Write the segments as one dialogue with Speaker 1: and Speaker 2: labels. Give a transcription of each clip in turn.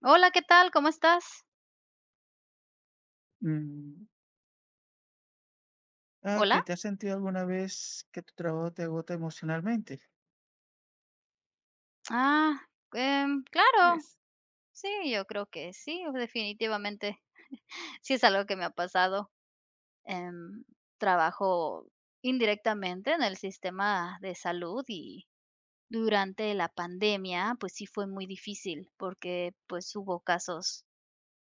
Speaker 1: Hola, ¿qué tal? ¿Cómo estás?
Speaker 2: Mm,
Speaker 1: ¿Hola?
Speaker 2: Okey, ¿te has sentido alguna vez que tu trabajo te agota emocionalmente?
Speaker 1: Ah, claro.
Speaker 2: Yes.
Speaker 1: Sí, yo creo que sí, definitivamente. Sí es algo que me ha pasado. Em, trabajo indirectamente en el sistema de salud y durante la pandemia, pues sí fue muy difícil porque pues hubo casos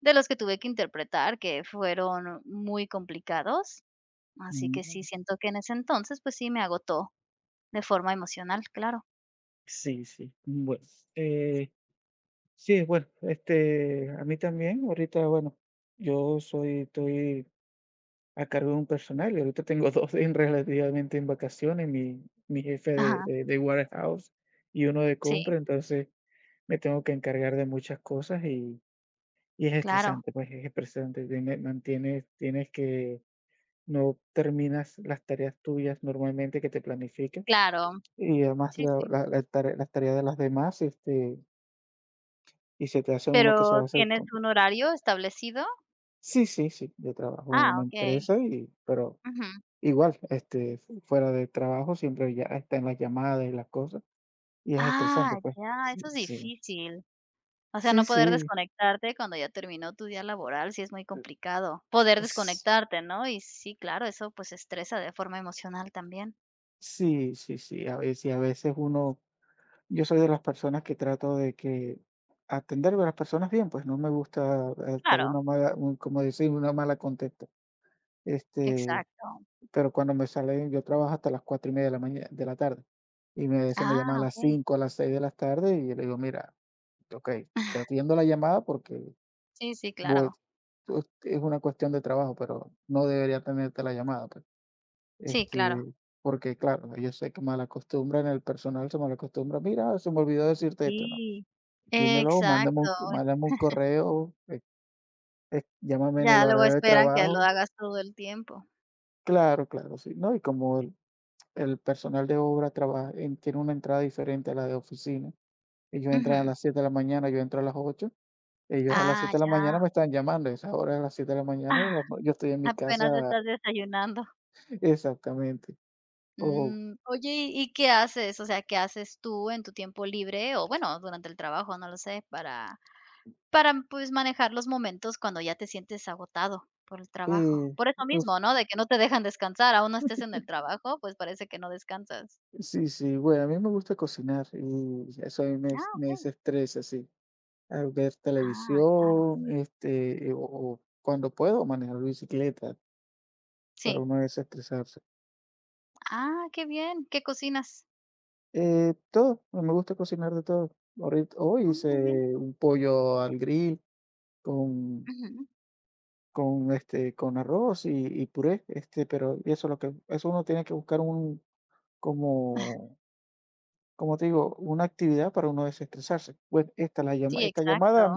Speaker 1: de los que tuve que interpretar que fueron muy complicados. Así que sí
Speaker 2: Mm,
Speaker 1: siento que en ese entonces, pues sí me agotó de forma emocional, claro.
Speaker 2: sí, sí. Bueno, eh, sí, bueno, este, a mí también, ahorita, bueno, yo soy estoy a cargo de un personal y ahorita tengo 2, en relativamente en vacaciones, mi jefe de
Speaker 1: Ajá,
Speaker 2: de de warehouse y uno de
Speaker 1: sí,
Speaker 2: compra. Entonces me tengo que encargar de muchas cosas, y es
Speaker 1: claro.
Speaker 2: estresante, pues, es estresante, tienes que No terminas las tareas tuyas normalmente que te planificas,
Speaker 1: Claro,
Speaker 2: y además
Speaker 1: sí,
Speaker 2: la
Speaker 1: sí.
Speaker 2: la la tare las tareas de las demás, este, y se te hace uno que se va
Speaker 1: ¿Pero
Speaker 2: a hacer
Speaker 1: tienes
Speaker 2: con
Speaker 1: un horario establecido?
Speaker 2: Sí, sí, sí, yo trabajo en
Speaker 1: Ah,
Speaker 2: una
Speaker 1: okey.
Speaker 2: empresa y pero
Speaker 1: Ujú.
Speaker 2: igual, este, fu fuera de trabajo siempre ya están las llamadas y las cosas, y es
Speaker 1: Ah,
Speaker 2: estresante, pues.
Speaker 1: ya,
Speaker 2: Sí,
Speaker 1: eso es
Speaker 2: sí.
Speaker 1: difícil. O sea,
Speaker 2: Sí,
Speaker 1: no poder
Speaker 2: sí.
Speaker 1: desconectarte cuando ya terminó tu día laboral, sí es muy complicado. Poder
Speaker 2: S
Speaker 1: desconectarte, ¿no? Y sí, claro, eso, pues, estresa de forma emocional también.
Speaker 2: sí, sí, sí, a veces uno Yo soy de las personas que trato de que atender a las personas bien, pues no me gusta, dar
Speaker 1: Claro,
Speaker 2: una mala, como decir, una mala contesta. Este,
Speaker 1: exacto.
Speaker 2: pero cuando me salen, yo trabajo hasta las cuatro y media de la tarde. Se me llama
Speaker 1: Ah,
Speaker 2: a las
Speaker 1: okey.
Speaker 2: 5, a las 6 de la tarde, y yo le digo, mira, ok, te atiendo la llamada porque
Speaker 1: Sí, sí,
Speaker 2: voy,
Speaker 1: claro.
Speaker 2: es una cuestión de trabajo, pero no debería tenerte la llamada, pues.
Speaker 1: Sí, claro.
Speaker 2: Este, porque claro, yo sé que mal acostumbran, el personal se mal acostumbra. Mira, se me olvidó decirte esto, ¿no?
Speaker 1: Sí,
Speaker 2: Dímelo, mándame
Speaker 1: exacto.
Speaker 2: un c mándame un correo, llámame en el
Speaker 1: Ya luego
Speaker 2: horario de
Speaker 1: esperan que lo
Speaker 2: trabajo.
Speaker 1: hagas todo el tiempo.
Speaker 2: Claro, claro, sí, ¿no? Y como el personal de obra trabaja en tiene una entrada diferente a la de oficina, ellos entran a
Speaker 1: Ujú.
Speaker 2: las 7 de la mañana, yo entro a las 8, ellos a las
Speaker 1: Ah,
Speaker 2: 7 de la mañana
Speaker 1: ya.
Speaker 2: me están llamando. A esa hora, de las 7 de la mañana, yo estoy en mi
Speaker 1: Apenas
Speaker 2: casa.
Speaker 1: estás desayunando.
Speaker 2: Exactamente. O,
Speaker 1: Mm, oye, ¿y qué haces? O sea, ¿qué haces tú en tu tiempo libre o bueno, durante el trabajo, no lo sé, para pues, manejar los momentos cuando ya te sientes agotado por el trabajo?
Speaker 2: eh,
Speaker 1: Por eso
Speaker 2: uf,
Speaker 1: mismo, ¿no? De que no te dejan descansar, aún no estés en el trabajo, pues, parece que no descansas.
Speaker 2: sí, sí, bueno, a mí me gusta cocinar y eso a mí me
Speaker 1: Ah,
Speaker 2: me
Speaker 1: okey.
Speaker 2: desestresa, sí. A ver
Speaker 1: Ah, claro.
Speaker 2: televisión, este, o cuando puedo manejar bicicleta, para
Speaker 1: Sí.
Speaker 2: uno desestresarse.
Speaker 1: Ah, qué bien. ¿Qué cocinas?
Speaker 2: Todo, me gusta cocinar de todo. Ahorit hoy
Speaker 1: Ah, muy bien.
Speaker 2: hice un pollo al grill con
Speaker 1: Ujú.
Speaker 2: con, este, con arroz y puré, este, pero y eso es lo que eso uno tiene que buscar un como como te digo, una actividad para uno desestresarse. Pues esta la llama
Speaker 1: Sí,
Speaker 2: esta
Speaker 1: exacto.
Speaker 2: llamada,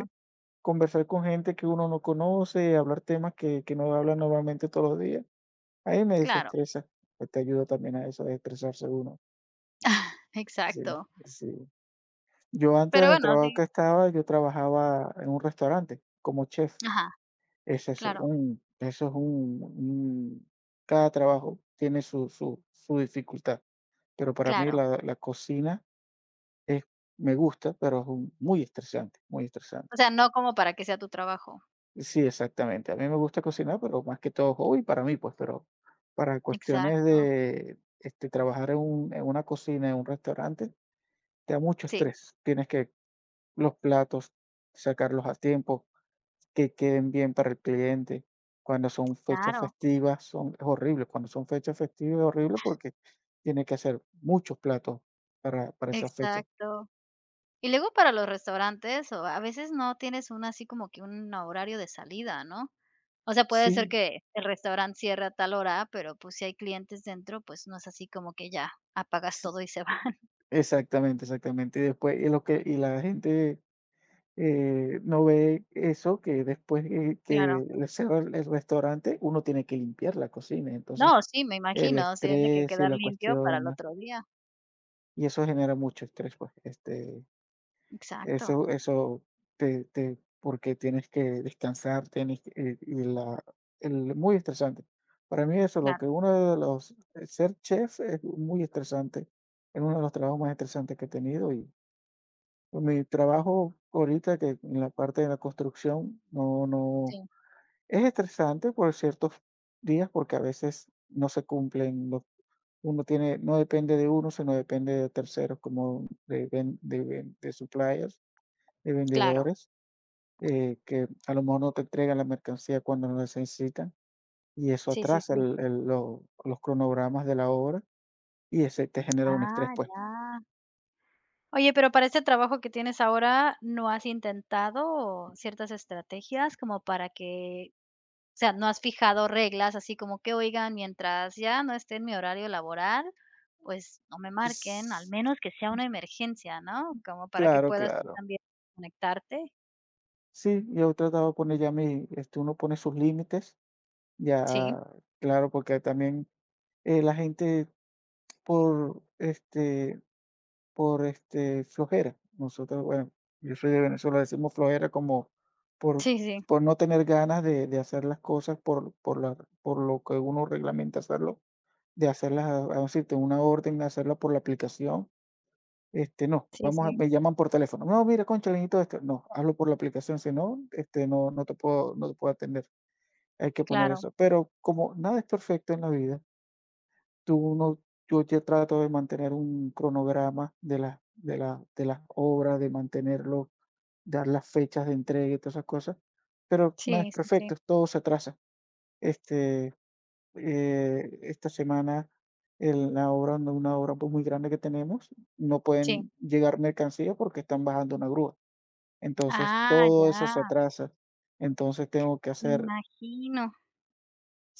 Speaker 2: conversar con gente que uno no conoce, hablar temas que no habla normalmente todos los días. Ahí me
Speaker 1: Claro.
Speaker 2: desestresa, te ayuda también a eso, a desestresarse uno. Sí,
Speaker 1: Exacto.
Speaker 2: sí. Yo
Speaker 1: Pero
Speaker 2: antes del
Speaker 1: bueno,
Speaker 2: trabajo
Speaker 1: sí.
Speaker 2: que estaba, yo trabajaba en un restaurante como chef.
Speaker 1: Ajá,
Speaker 2: Ese es
Speaker 1: claro,
Speaker 2: un, eso es un- Cada trabajo tiene su dificultad, pero para mí
Speaker 1: claro.
Speaker 2: la cocina es, me gusta, pero muy estresante, muy
Speaker 1: O
Speaker 2: estresante.
Speaker 1: sea, no como para que sea tu trabajo.
Speaker 2: Sí, exactamente. A mí me gusta cocinar, pero más que todo hobby para mí, pues, pero para cuestiones
Speaker 1: Exacto.
Speaker 2: de este, trabajar en en una cocina, en un restaurante, te da mucho
Speaker 1: Sí,
Speaker 2: estrés. Tienes que los platos, sacarlos a tiempo, que queden bien para el cliente. Cuando son fechas
Speaker 1: claro.
Speaker 2: festivas, es horrible. Cuando son fechas festivas, es horrible porque tiene que hacer muchos platos para esas fechas.
Speaker 1: Exacto. Y luego para los restaurantes, o a veces no tienes un así como que un horario de salida, ¿no? O sea, puede ser
Speaker 2: Sí,
Speaker 1: que el restaurante cierre a tal hora, pero, pues, si hay clientes dentro, pues, no es así como que ya apagas
Speaker 2: sí,
Speaker 1: todo y se van.
Speaker 2: exactamente, exactamente. Y después, y lo que, y la gente no ve eso que después que
Speaker 1: Claro.
Speaker 2: que le cierra el restaurante, uno tiene que limpiar la cocina. Entonces,
Speaker 1: No, sí, me
Speaker 2: el
Speaker 1: imagino, sí tiene que
Speaker 2: estrés y
Speaker 1: quedar
Speaker 2: la
Speaker 1: limpio para el
Speaker 2: cuestión
Speaker 1: otro día.
Speaker 2: y eso genera mucho estrés, pues, este,
Speaker 1: Exacto,
Speaker 2: eso te porque tienes que descansar, tienes que y la el muy estresante. Para mí eso, lo
Speaker 1: claro.
Speaker 2: que uno de los ser chef es muy estresante, es uno de los trabajos más estresantes que he tenido. Y por mi trabajo ahorita, que en la parte de la construcción, no
Speaker 1: Sí,
Speaker 2: es estresante por ciertos días, porque a veces no se cumplen los uno tiene no depende de uno, sino depende de terceros, como de ven de ven de suppliers, de
Speaker 1: claro.
Speaker 2: vendedores, que a lo mejor no te entregan la mercancía cuando lo necesitan, y eso
Speaker 1: Sí, sí,
Speaker 2: atrasa
Speaker 1: sí.
Speaker 2: el lo los cronogramas de la obra, y ese te genera un estrés,
Speaker 1: Ah,
Speaker 2: pues.
Speaker 1: ya. Oye, pero para este trabajo que tienes ahora, ¿no has intentado ciertas estrategias como para que, o sea, no has fijado reglas así como que, oigan, mientras ya no esté en mi horario laboral, pues no me marquen, al
Speaker 2: Es-
Speaker 1: menos que sea una emergencia, ¿no? Como para que
Speaker 2: Claro,
Speaker 1: puedas tú
Speaker 2: claro.
Speaker 1: también conectarte.
Speaker 2: Sí, yo he tratado de poner ya mi este, uno pone sus límites,
Speaker 1: Sí,
Speaker 2: ya, claro, porque también, la gente por, este por, este, flojera. Nosotros, bueno, yo soy de Venezuela, decimos flojera como por
Speaker 1: sí, sí,
Speaker 2: por no tener ganas de hacer las cosas por lo que uno reglamenta hacerlo, de hacerlas, vamos a decirte, una orden, hacerla por la aplicación este, no,
Speaker 1: sí,
Speaker 2: vamos a
Speaker 1: sí,
Speaker 2: me llaman por teléfono. No, mira, cónchale, necesito esto. No, hazlo por la aplicación, si no, este, no, no te puedo atender. Hay que poner
Speaker 1: claro.
Speaker 2: eso. Pero como nada es perfecto en la vida, tú no, yo ya trato de mantener un cronograma de las, de las obras, de mantenerlo, dar las fechas de entrega y todas esas cosas. Pero nada es
Speaker 1: Sí, sí,
Speaker 2: perfecto,
Speaker 1: sí,
Speaker 2: todo se atrasa. Este, esta semana la obra, una obra, pues, muy grande que tenemos, no
Speaker 1: sí.
Speaker 2: pueden llegar mercancías porque están bajando una grúa. Entonces
Speaker 1: Ah,
Speaker 2: todo eso se
Speaker 1: ya,
Speaker 2: atrasa. Entonces tengo que
Speaker 1: me
Speaker 2: hacer,
Speaker 1: imagino.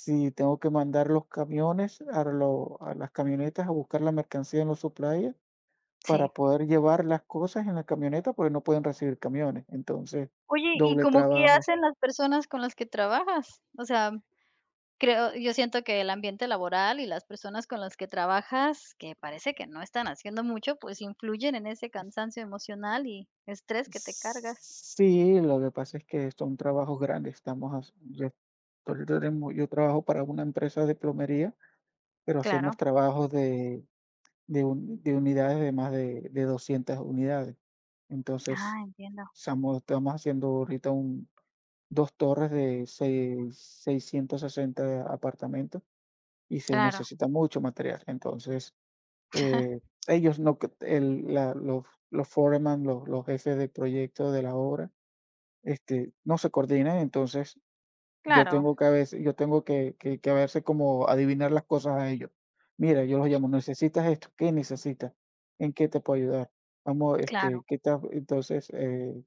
Speaker 2: si tengo que mandar los camiones a, lo- a las camionetas a buscar la mercancía en los suppliers para
Speaker 1: Sí.
Speaker 2: poder llevar las cosas en la camioneta, porque no pueden recibir camiones. Entonces,
Speaker 1: Oye, ¿y
Speaker 2: doble
Speaker 1: cómo qué
Speaker 2: trabajo.
Speaker 1: hacen las personas con las que trabajas? O sea, creo yo siento que el ambiente laboral y las personas con las que trabajas, que parece que no están haciendo mucho, pues influyen en ese cansancio emocional y estrés que te cargas.
Speaker 2: Sí, lo que pasa es que son trabajos grandes. Yo, yo trabajo para una empresa de plomería, pero hacemos
Speaker 1: Claro.
Speaker 2: trabajos de unidades de más de 200 unidades. Entonces,
Speaker 1: Ah, entiendo.
Speaker 2: estamos, haciendo ahorita dos torres de 660 apartamentos, y se
Speaker 1: Claro,
Speaker 2: necesita mucho material. Entonces, eh, ellos no, c- el, la- los foreman, los jefes de proyecto de la obra, este, no se coordinan. Entonces yo
Speaker 1: claro,
Speaker 2: tengo que a veces yo tengo que a veces como adivinar las cosas a ellos. Mira, yo los llamo: "¿Necesitas esto? ¿Qué necesitas? ¿En qué te puedo ayudar? Vamos,
Speaker 1: claro.
Speaker 2: este, ¿qué tal?". Entonces,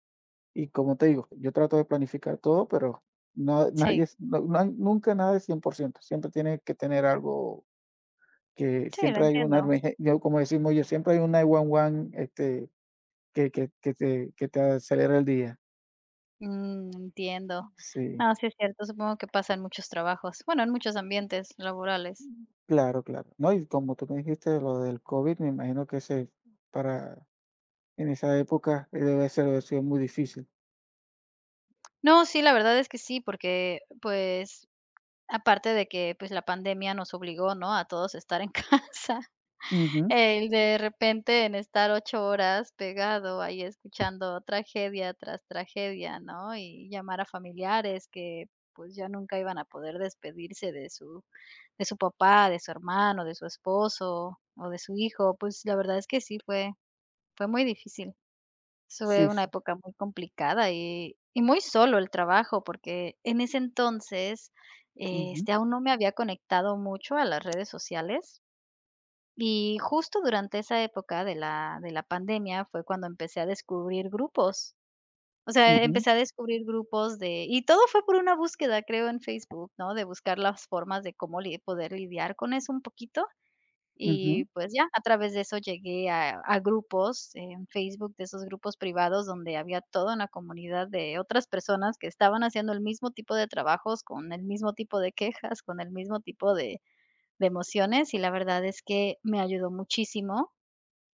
Speaker 2: y como te digo, yo trato de planificar todo, pero no
Speaker 1: Sí,
Speaker 2: nadie es no hay nunca nada es ciento siempre tiene que tener algo, que
Speaker 1: sí, lo
Speaker 2: siempre hay una
Speaker 1: entiendo.
Speaker 2: emerge yo como decimos yo, siempre hay un 911, este, que te que te acelera el día.
Speaker 1: Mm, entiendo.
Speaker 2: Sí.
Speaker 1: No, sí es cierto, supongo que pasa en muchos trabajos, bueno, en muchos ambientes laborales.
Speaker 2: Claro, claro. No, y como tú me dijiste lo del COVID, me imagino que ese para en esa época, debe ser haber sido muy difícil.
Speaker 1: No, sí, la verdad es que sí, porque, pues, aparte de que, pues, la pandemia nos obligó, ¿no?, a todos a estar en casa.
Speaker 2: Ujú.
Speaker 1: El de repente en estar 8 horas pegado ahí escuchando tragedia tras tragedia, ¿no? Y llamar a familiares que, pues, ya nunca iban a poder despedirse de su papá, de su hermano, de su esposo o de su hijo. Pues, la verdad es que sí fue muy difícil. Fue
Speaker 2: Sí,
Speaker 1: una
Speaker 2: sí.
Speaker 1: época muy complicada y muy solo el trabajo, porque en ese entonces,
Speaker 2: Ujú,
Speaker 1: este, aún no me había conectado mucho a las redes sociales. Y justo durante esa época de la pandemia fue cuando empecé a descubrir grupos. O sea,
Speaker 2: ujú,
Speaker 1: empecé a descubrir grupos de y todo fue por una búsqueda, creo, en Facebook, ¿no? De buscar las formas de cómo li poder lidiar con eso un poquito.
Speaker 2: ujú.
Speaker 1: Y, pues, ya, a través de eso llegué a grupos en Facebook, de esos grupos privados donde había toda una comunidad de otras personas que estaban haciendo el mismo tipo de trabajos, con el mismo tipo de quejas, con el mismo tipo de emociones, y la verdad es que me ayudó muchísimo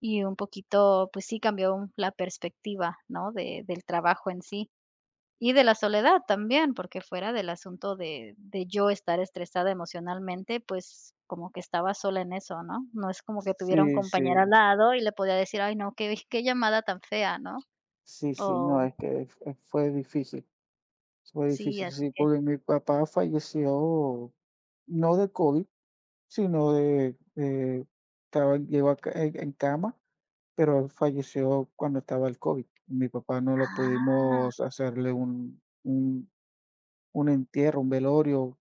Speaker 1: y un poquito, pues sí, cambió un- la perspectiva, ¿no? De del trabajo en sí y de la soledad también, porque fuera del asunto de yo estar estresada emocionalmente, pues como que estaba sola en eso, ¿no? No es como que tuviera un
Speaker 2: Sí,
Speaker 1: compañero al
Speaker 2: sí,
Speaker 1: lado y le podía decir: "Ay, no, qué llamada tan fea", ¿no?
Speaker 2: sí, sí. No,
Speaker 1: O
Speaker 2: es que fue difícil, fue
Speaker 1: sí,
Speaker 2: difícil.
Speaker 1: así
Speaker 2: Sí,
Speaker 1: que
Speaker 2: porque mi papá falleció no de COVID, sino estaba llegó a en cama, pero él falleció cuando estaba el COVID. Mi papá no lo
Speaker 1: ah,
Speaker 2: pudimos hacerle un entierro, un velorio,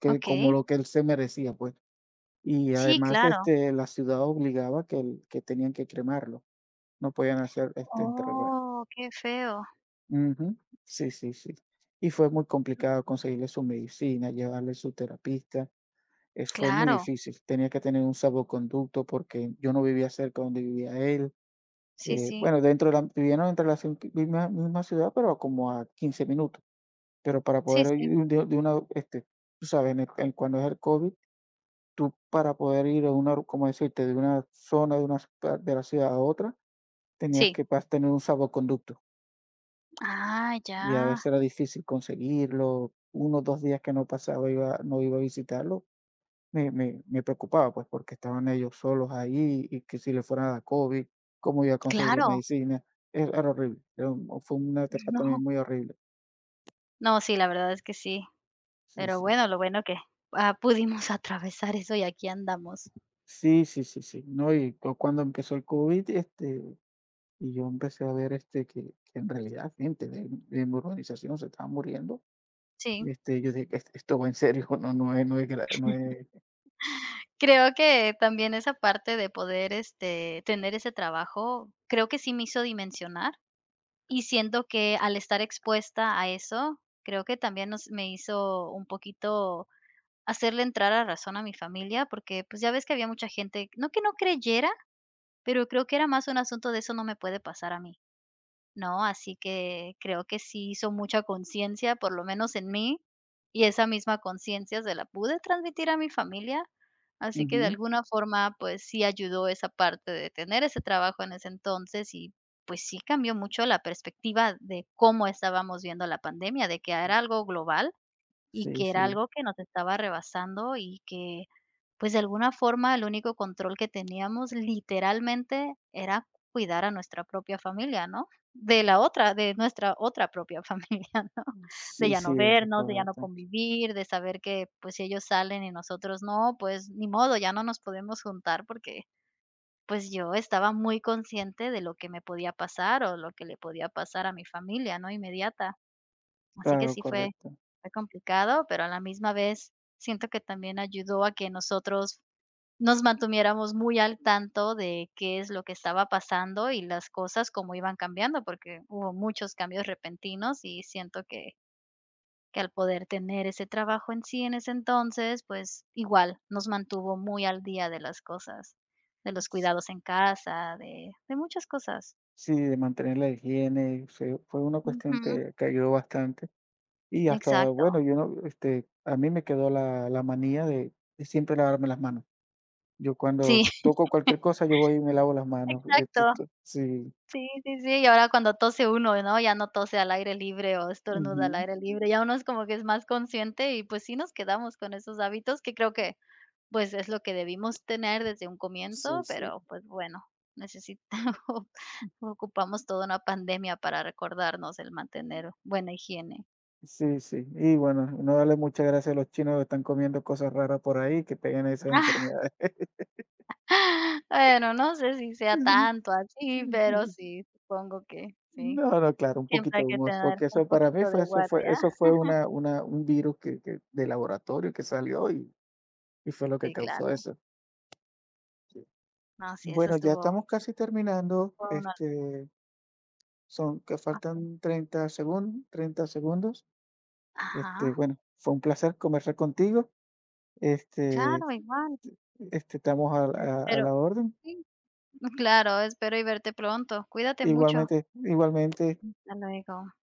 Speaker 2: que como
Speaker 1: okey.
Speaker 2: lo que él se merecía, pues. Y
Speaker 1: Sí,
Speaker 2: además,
Speaker 1: claro.
Speaker 2: este, la ciudad obligaba que el que tenían que cremarlo, no podían hacer, este, enterrar.
Speaker 1: Oh, qué feo.
Speaker 2: Ujú. Sí, sí, sí. Y fue muy complicado conseguirle su medicina, llevarle su terapista. Es fue muy
Speaker 1: Claro.
Speaker 2: difícil. Tenía que tener un salvoconducto porque yo no vivía cerca donde vivía él.
Speaker 1: Sí, sí.
Speaker 2: Bueno, dentro de la vivíamos dentro de la ci misma ciudad, pero como a 15 minutos, pero para
Speaker 1: Sí,
Speaker 2: poder
Speaker 1: sí.
Speaker 2: ir de una, este, tú sabes, en el en cuando es el COVID, tú para poder ir a una, como decirte, de una zona de una de la ciudad a otra, tenías
Speaker 1: Sí.
Speaker 2: que tener un salvoconducto,
Speaker 1: Ah, ya.
Speaker 2: y a veces era difícil conseguirlo. Unos dos días que no pasaba, iba, no iba a visitarlo, me preocupaba, pues, porque estaban ellos solos ahí, y que si le fuera a dar COVID, cómo iba a conseguir la
Speaker 1: Claro.
Speaker 2: medicina. Era era horrible, era fue una etapa también
Speaker 1: No.
Speaker 2: muy horrible.
Speaker 1: No, sí, la verdad es que sí.
Speaker 2: Sí,
Speaker 1: Pero
Speaker 2: sí.
Speaker 1: bueno, lo bueno que, ah, pudimos atravesar eso y aquí andamos.
Speaker 2: Sí, sí, sí, sí. No, y cuando empezó el COVID, este, Y yo empecé a ver, este, que en realidad gente de mi urbanización se estaba muriendo.
Speaker 1: Sí.
Speaker 2: Este, yo dije: "Es esto va en serio, no es"
Speaker 1: Creo que también esa parte de poder, este, tener ese trabajo, creo que sí me hizo dimensionar, y siento que al estar expuesta a eso, creo que también nos me hizo un poquito hacerle entrar a razón a mi familia, porque, pues, ya ves que había mucha gente, no que no creyera, pero creo que era más un asunto de: "Eso no me puede pasar a mí". ¿No? Así que creo que sí hizo mucha conciencia, por lo menos en mí, y esa misma conciencia se la pude transmitir a mi familia, así que de
Speaker 2: ujú.
Speaker 1: alguna forma, pues sí ayudó esa parte de tener ese trabajo en ese entonces y pues sí cambió mucho la perspectiva de cómo estábamos viendo la pandemia, de que era algo global y
Speaker 2: Sí,
Speaker 1: que era
Speaker 2: sí.
Speaker 1: algo que nos estaba rebasando y que pues, de alguna forma, el único control que teníamos, literalmente, era cuidar a nuestra propia familia, ¿no? De la otra, de nuestra otra propia familia, ¿no? De
Speaker 2: Sí,
Speaker 1: ya
Speaker 2: sí,
Speaker 1: no
Speaker 2: eso es
Speaker 1: vernos, de ya no
Speaker 2: correcto.
Speaker 1: convivir, de saber que, pues, si ellos salen y nosotros no, pues, ni modo, ya no nos podemos juntar porque, pues, yo estaba muy consciente de lo que me podía pasar o lo que le podía pasar a mi familia, ¿no? Inmediata. Así que
Speaker 2: Claro,
Speaker 1: sí
Speaker 2: correcto.
Speaker 1: fue complicado, pero a la misma vez siento que también ayudó a que nosotros nos mantuviéramos muy al tanto de qué es lo que estaba pasando y las cosas cómo iban cambiando, porque hubo muchos cambios repentinos y siento que al poder tener ese trabajo en sí en ese entonces, pues igual nos mantuvo muy al día de las cosas, de los cuidados en casa, de muchas cosas.
Speaker 2: Sí, de mantener la higiene, fue una cuestión
Speaker 1: Ujú,
Speaker 2: que ayudó bastante. Y hasta,
Speaker 1: exacto.
Speaker 2: bueno, yo no, este, a mí me quedó la manía de siempre lavarme las manos. Yo
Speaker 1: Sí,
Speaker 2: cuando toco cualquier cosa, yo voy y me lavo las manos. Yo,
Speaker 1: exacto.
Speaker 2: sí,
Speaker 1: Sí, sí, sí, y ahora cuando tose uno, ¿no? Ya no tose al aire libre o estornuda al
Speaker 2: ujú.
Speaker 1: aire libre, ya uno es como que es más consciente y pues sí nos quedamos con esos hábitos que creo que, pues, es lo que debimos tener desde un
Speaker 2: Sí,
Speaker 1: comienzo,
Speaker 2: sí.
Speaker 1: pero pues bueno, necesitamos ocupamos toda una pandemia para recordarnos el mantener buena higiene.
Speaker 2: Sí, sí. Y bueno, no darle muchas gracias a los chinos que están comiendo cosas raras por ahí, que pegan esas enfermedades.
Speaker 1: Bueno, no sé si sea tanto así,
Speaker 2: Sí.
Speaker 1: pero
Speaker 2: sí.
Speaker 1: sí, supongo que sí.
Speaker 2: No, no, claro, un
Speaker 1: Siempre
Speaker 2: poquito
Speaker 1: hay
Speaker 2: de
Speaker 1: que
Speaker 2: humor,
Speaker 1: tener
Speaker 2: porque
Speaker 1: un
Speaker 2: eso para mí
Speaker 1: poquito de
Speaker 2: fue eso fue
Speaker 1: guardia.
Speaker 2: eso fue una un virus que de laboratorio que salió, y fue lo que
Speaker 1: Sí,
Speaker 2: causó
Speaker 1: claro.
Speaker 2: eso. Sí.
Speaker 1: No, sí, eso
Speaker 2: Bueno, ya
Speaker 1: estuvo
Speaker 2: estamos casi terminando,
Speaker 1: fue una
Speaker 2: este, son que faltan
Speaker 1: Okey.
Speaker 2: treinta segundos. Este,
Speaker 1: Ajá,
Speaker 2: bueno, fue un placer conversar contigo. Este
Speaker 1: claro, igual.
Speaker 2: este, estamos a
Speaker 1: Espero
Speaker 2: la orden.
Speaker 1: sí, claro, espero y verte pronto. Cuídate mucho.
Speaker 2: Igualmente, igualmente.
Speaker 1: Hasta luego.